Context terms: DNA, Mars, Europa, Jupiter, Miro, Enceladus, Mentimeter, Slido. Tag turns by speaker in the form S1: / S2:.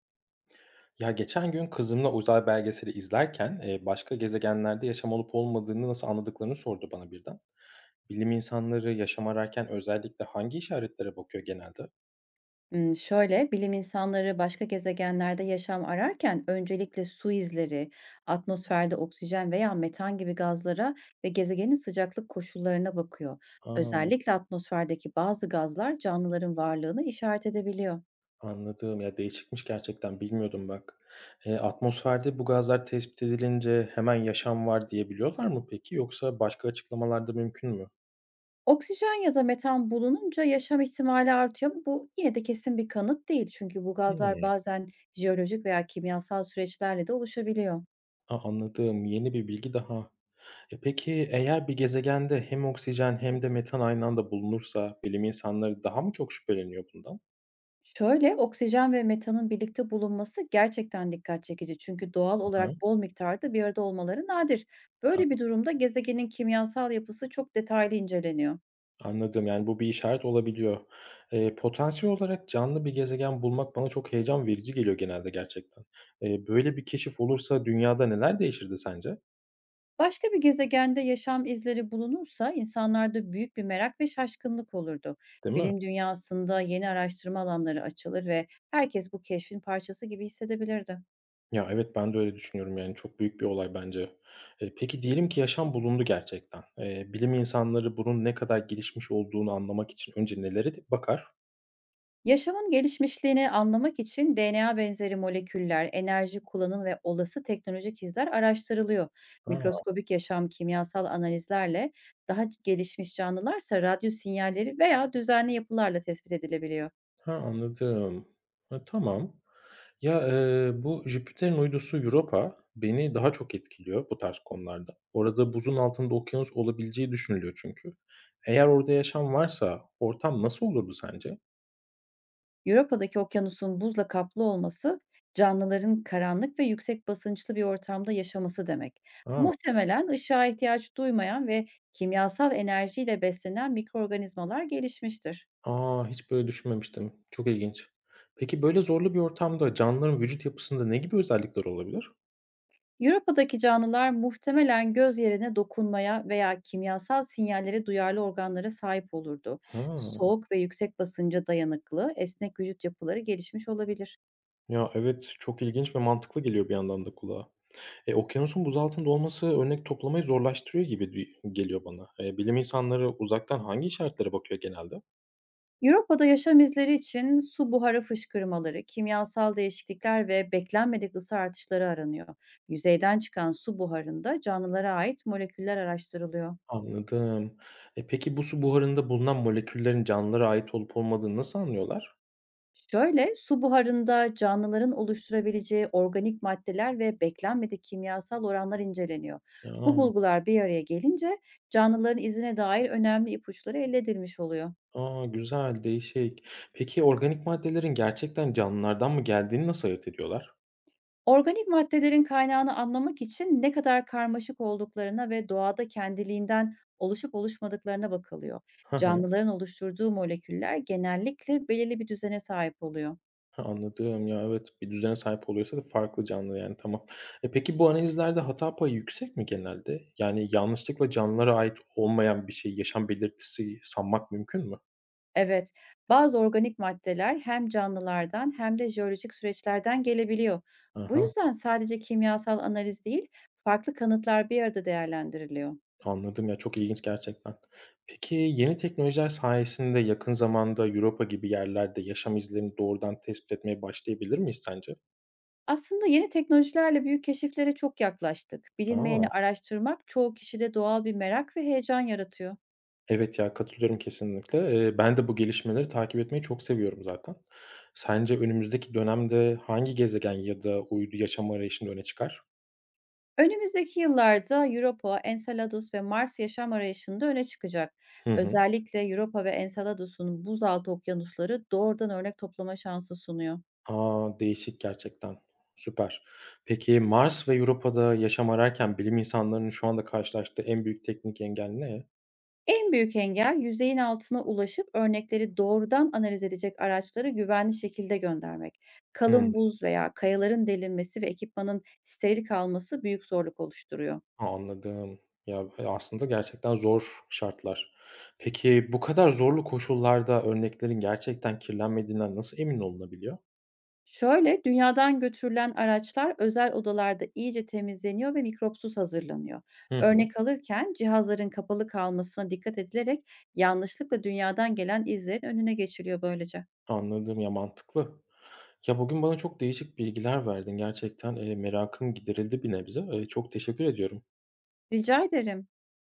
S1: Ya geçen gün kızımla uzay belgeseli izlerken başka gezegenlerde yaşam olup olmadığını nasıl anladıklarını sordu bana birden. Bilim insanları yaşam ararken özellikle hangi işaretlere bakıyor genelde?
S2: Bilim insanları başka gezegenlerde yaşam ararken öncelikle su izleri, atmosferde oksijen veya metan gibi gazlara ve gezegenin sıcaklık koşullarına bakıyor.
S1: Aa,
S2: Özellikle atmosferdeki bazı gazlar canlıların varlığını işaret edebiliyor.
S1: anladım. Ya değişikmiş gerçekten bilmiyordum bak. Atmosferde bu gazlar tespit edilince hemen yaşam var diyebiliyorlar mı peki? Yoksa başka açıklamalarda mümkün mü?
S2: Oksijen ya da metan bulununca yaşam ihtimali artıyor. Ama Bu yine de kesin bir kanıt değil, çünkü bu gazlar
S1: Hmm.
S2: bazen jeolojik veya kimyasal süreçlerle de oluşabiliyor.
S1: Aa, anladım. Yeni bir bilgi daha. Peki, eğer bir gezegende hem oksijen hem de metan aynı anda bulunursa bilim insanları daha mı çok şüpheleniyor bundan?
S2: Şöyle, oksijen ve metanın birlikte bulunması gerçekten dikkat çekici. Çünkü doğal
S1: Hı hı.
S2: olarak bol miktarda bir arada olmaları nadir.
S1: A,
S2: Böyle bir durumda gezegenin kimyasal yapısı çok detaylı inceleniyor.
S1: anladım, yani, bu bir işaret olabiliyor. Potansiyel olarak canlı bir gezegen bulmak bana çok heyecan verici geliyor genelde gerçekten. Böyle bir keşif olursa dünyada neler değişirdi sence?
S2: Başka bir gezegende yaşam izleri bulunursa insanlarda büyük bir merak ve şaşkınlık olurdu.
S1: Değil mi?
S2: Bilim dünyasında yeni araştırma alanları açılır ve herkes bu keşfin parçası gibi hissedebilirdi.
S1: Ya, evet, ben de öyle düşünüyorum, yani, çok büyük bir olay bence. Peki diyelim ki yaşam bulundu gerçekten. Bilim insanları bunun ne kadar gelişmiş olduğunu anlamak için önce nelere bakar?
S2: Yaşamın gelişmişliğini anlamak için DNA benzeri moleküller, enerji kullanım ve olası teknolojik izler araştırılıyor.
S1: A!
S2: Mikroskobik yaşam kimyasal analizlerle daha gelişmiş canlılarsa radyo sinyalleri veya düzenli yapılarla tespit edilebiliyor.
S1: Ha, anladım. Ha, tamam. Ya, bu Jüpiter'in uydusu Europa beni daha çok etkiliyor bu tarz konularda. Orada buzun altında okyanus olabileceği düşünülüyor çünkü. Eğer orada yaşam varsa ortam nasıl olurdu sence?
S2: Avrupa'daki okyanusun buzla kaplı olması canlıların karanlık ve yüksek basınçlı bir ortamda yaşaması demek.
S1: A!
S2: Muhtemelen ışığa ihtiyaç duymayan ve kimyasal enerjiyle beslenen mikroorganizmalar gelişmiştir.
S1: A, hiç böyle düşünmemiştim. Çok ilginç. Peki böyle zorlu bir ortamda canlıların vücut yapısında ne gibi özellikler olabilir?
S2: Europa'daki canlılar muhtemelen göz yerine dokunmaya veya kimyasal sinyallere duyarlı organlara sahip olurdu.
S1: Ha,
S2: Soğuk ve yüksek basınca dayanıklı, esnek vücut yapıları gelişmiş olabilir.
S1: ya evet, çok ilginç ve mantıklı geliyor bir yandan da kulağa. E, okyanusun buz altında olması örnek toplamayı zorlaştırıyor gibi di geliyor bana. Bilim insanları uzaktan hangi işaretlere bakıyor genelde?
S2: Europa'da yaşam izleri için su buharı fışkırmaları, kimyasal değişiklikler ve beklenmedik ısı artışları aranıyor. Yüzeyden çıkan su buharında canlılara ait moleküller araştırılıyor.
S1: Anladım. E, peki bu su buharında bulunan moleküllerin canlılara ait olup olmadığını nasıl anlıyorlar?
S2: Şöyle, su buharında canlıların oluşturabileceği organik maddeler ve beklenmedik kimyasal oranlar inceleniyor. Bu
S1: A!
S2: bulgular bir araya gelince canlıların izine dair önemli ipuçları elde edilmiş oluyor.
S1: A, güzel, değişik. Peki organik maddelerin gerçekten canlılardan mı geldiğini nasıl ayırt ediyorlar?
S2: Organik maddelerin kaynağını anlamak için ne kadar karmaşık olduklarına ve doğada kendiliğinden oluşup oluşmadıklarına bakılıyor. Canlıların oluşturduğu moleküller genellikle belirli bir düzene sahip oluyor.
S1: Anladım. Ya, evet, bir düzene sahip oluyorsa da farklı canlı, yani, tamam. Peki bu analizlerde hata payı yüksek mi genelde? Yani yanlışlıkla canlılara ait olmayan bir şey yaşam belirtisi sanmak mümkün mü?
S2: Evet, bazı organik maddeler hem canlılardan hem de jeolojik süreçlerden gelebiliyor. Bu
S1: Hı,
S2: yüzden sadece kimyasal analiz değil, farklı kanıtlar bir arada değerlendiriliyor.
S1: anladım ya, çok ilginç gerçekten. Peki yeni teknolojiler sayesinde yakın zamanda Europa gibi yerlerde yaşam izlerini doğrudan tespit etmeye başlayabilir miyiz sence?
S2: Aslında yeni teknolojilerle büyük keşiflere çok yaklaştık. Bilinmeyeni
S1: Aa.
S2: araştırmak çoğu kişide doğal bir merak ve heyecan yaratıyor.
S1: Evet ya, katılıyorum kesinlikle. Ben de bu gelişmeleri takip etmeyi çok seviyorum zaten. Sence önümüzdeki dönemde hangi gezegen ya da uydu yaşam arayışında öne çıkar?
S2: Önümüzdeki yıllarda Europa, Enceladus ve Mars yaşam arayışında öne çıkacak.
S1: Hı hı.
S2: Özellikle Europa ve Enceladus'un buzaltı okyanusları doğrudan örnek toplama şansı sunuyor.
S1: A, değişik gerçekten. Süper. Peki Mars ve Europa'da yaşam ararken bilim insanlarının şu anda karşılaştığı en büyük teknik engel ne?
S2: En büyük engel yüzeyin altına ulaşıp örnekleri doğrudan analiz edecek araçları güvenli şekilde göndermek. Kalın
S1: Hımm.
S2: buz veya kayaların delinmesi ve ekipmanın steril kalması büyük zorluk oluşturuyor.
S1: Anladım. Ya, aslında gerçekten zor şartlar. Peki bu kadar zorlu koşullarda örneklerin gerçekten kirlenmediğinden nasıl emin olunabiliyor?
S2: Şöyle, dünyadan götürülen araçlar özel odalarda iyice temizleniyor ve mikropsuz hazırlanıyor.
S1: Hı hı.
S2: Örnek alırken cihazların kapalı kalmasına dikkat edilerek yanlışlıkla dünyadan gelen izlerin önüne geçiliyor böylece.
S1: Anladım. Ya, mantıklı. Ya, bugün bana çok değişik bilgiler verdin. Gerçekten, merakım giderildi bir nebze. Çok teşekkür ediyorum.
S2: Rica ederim.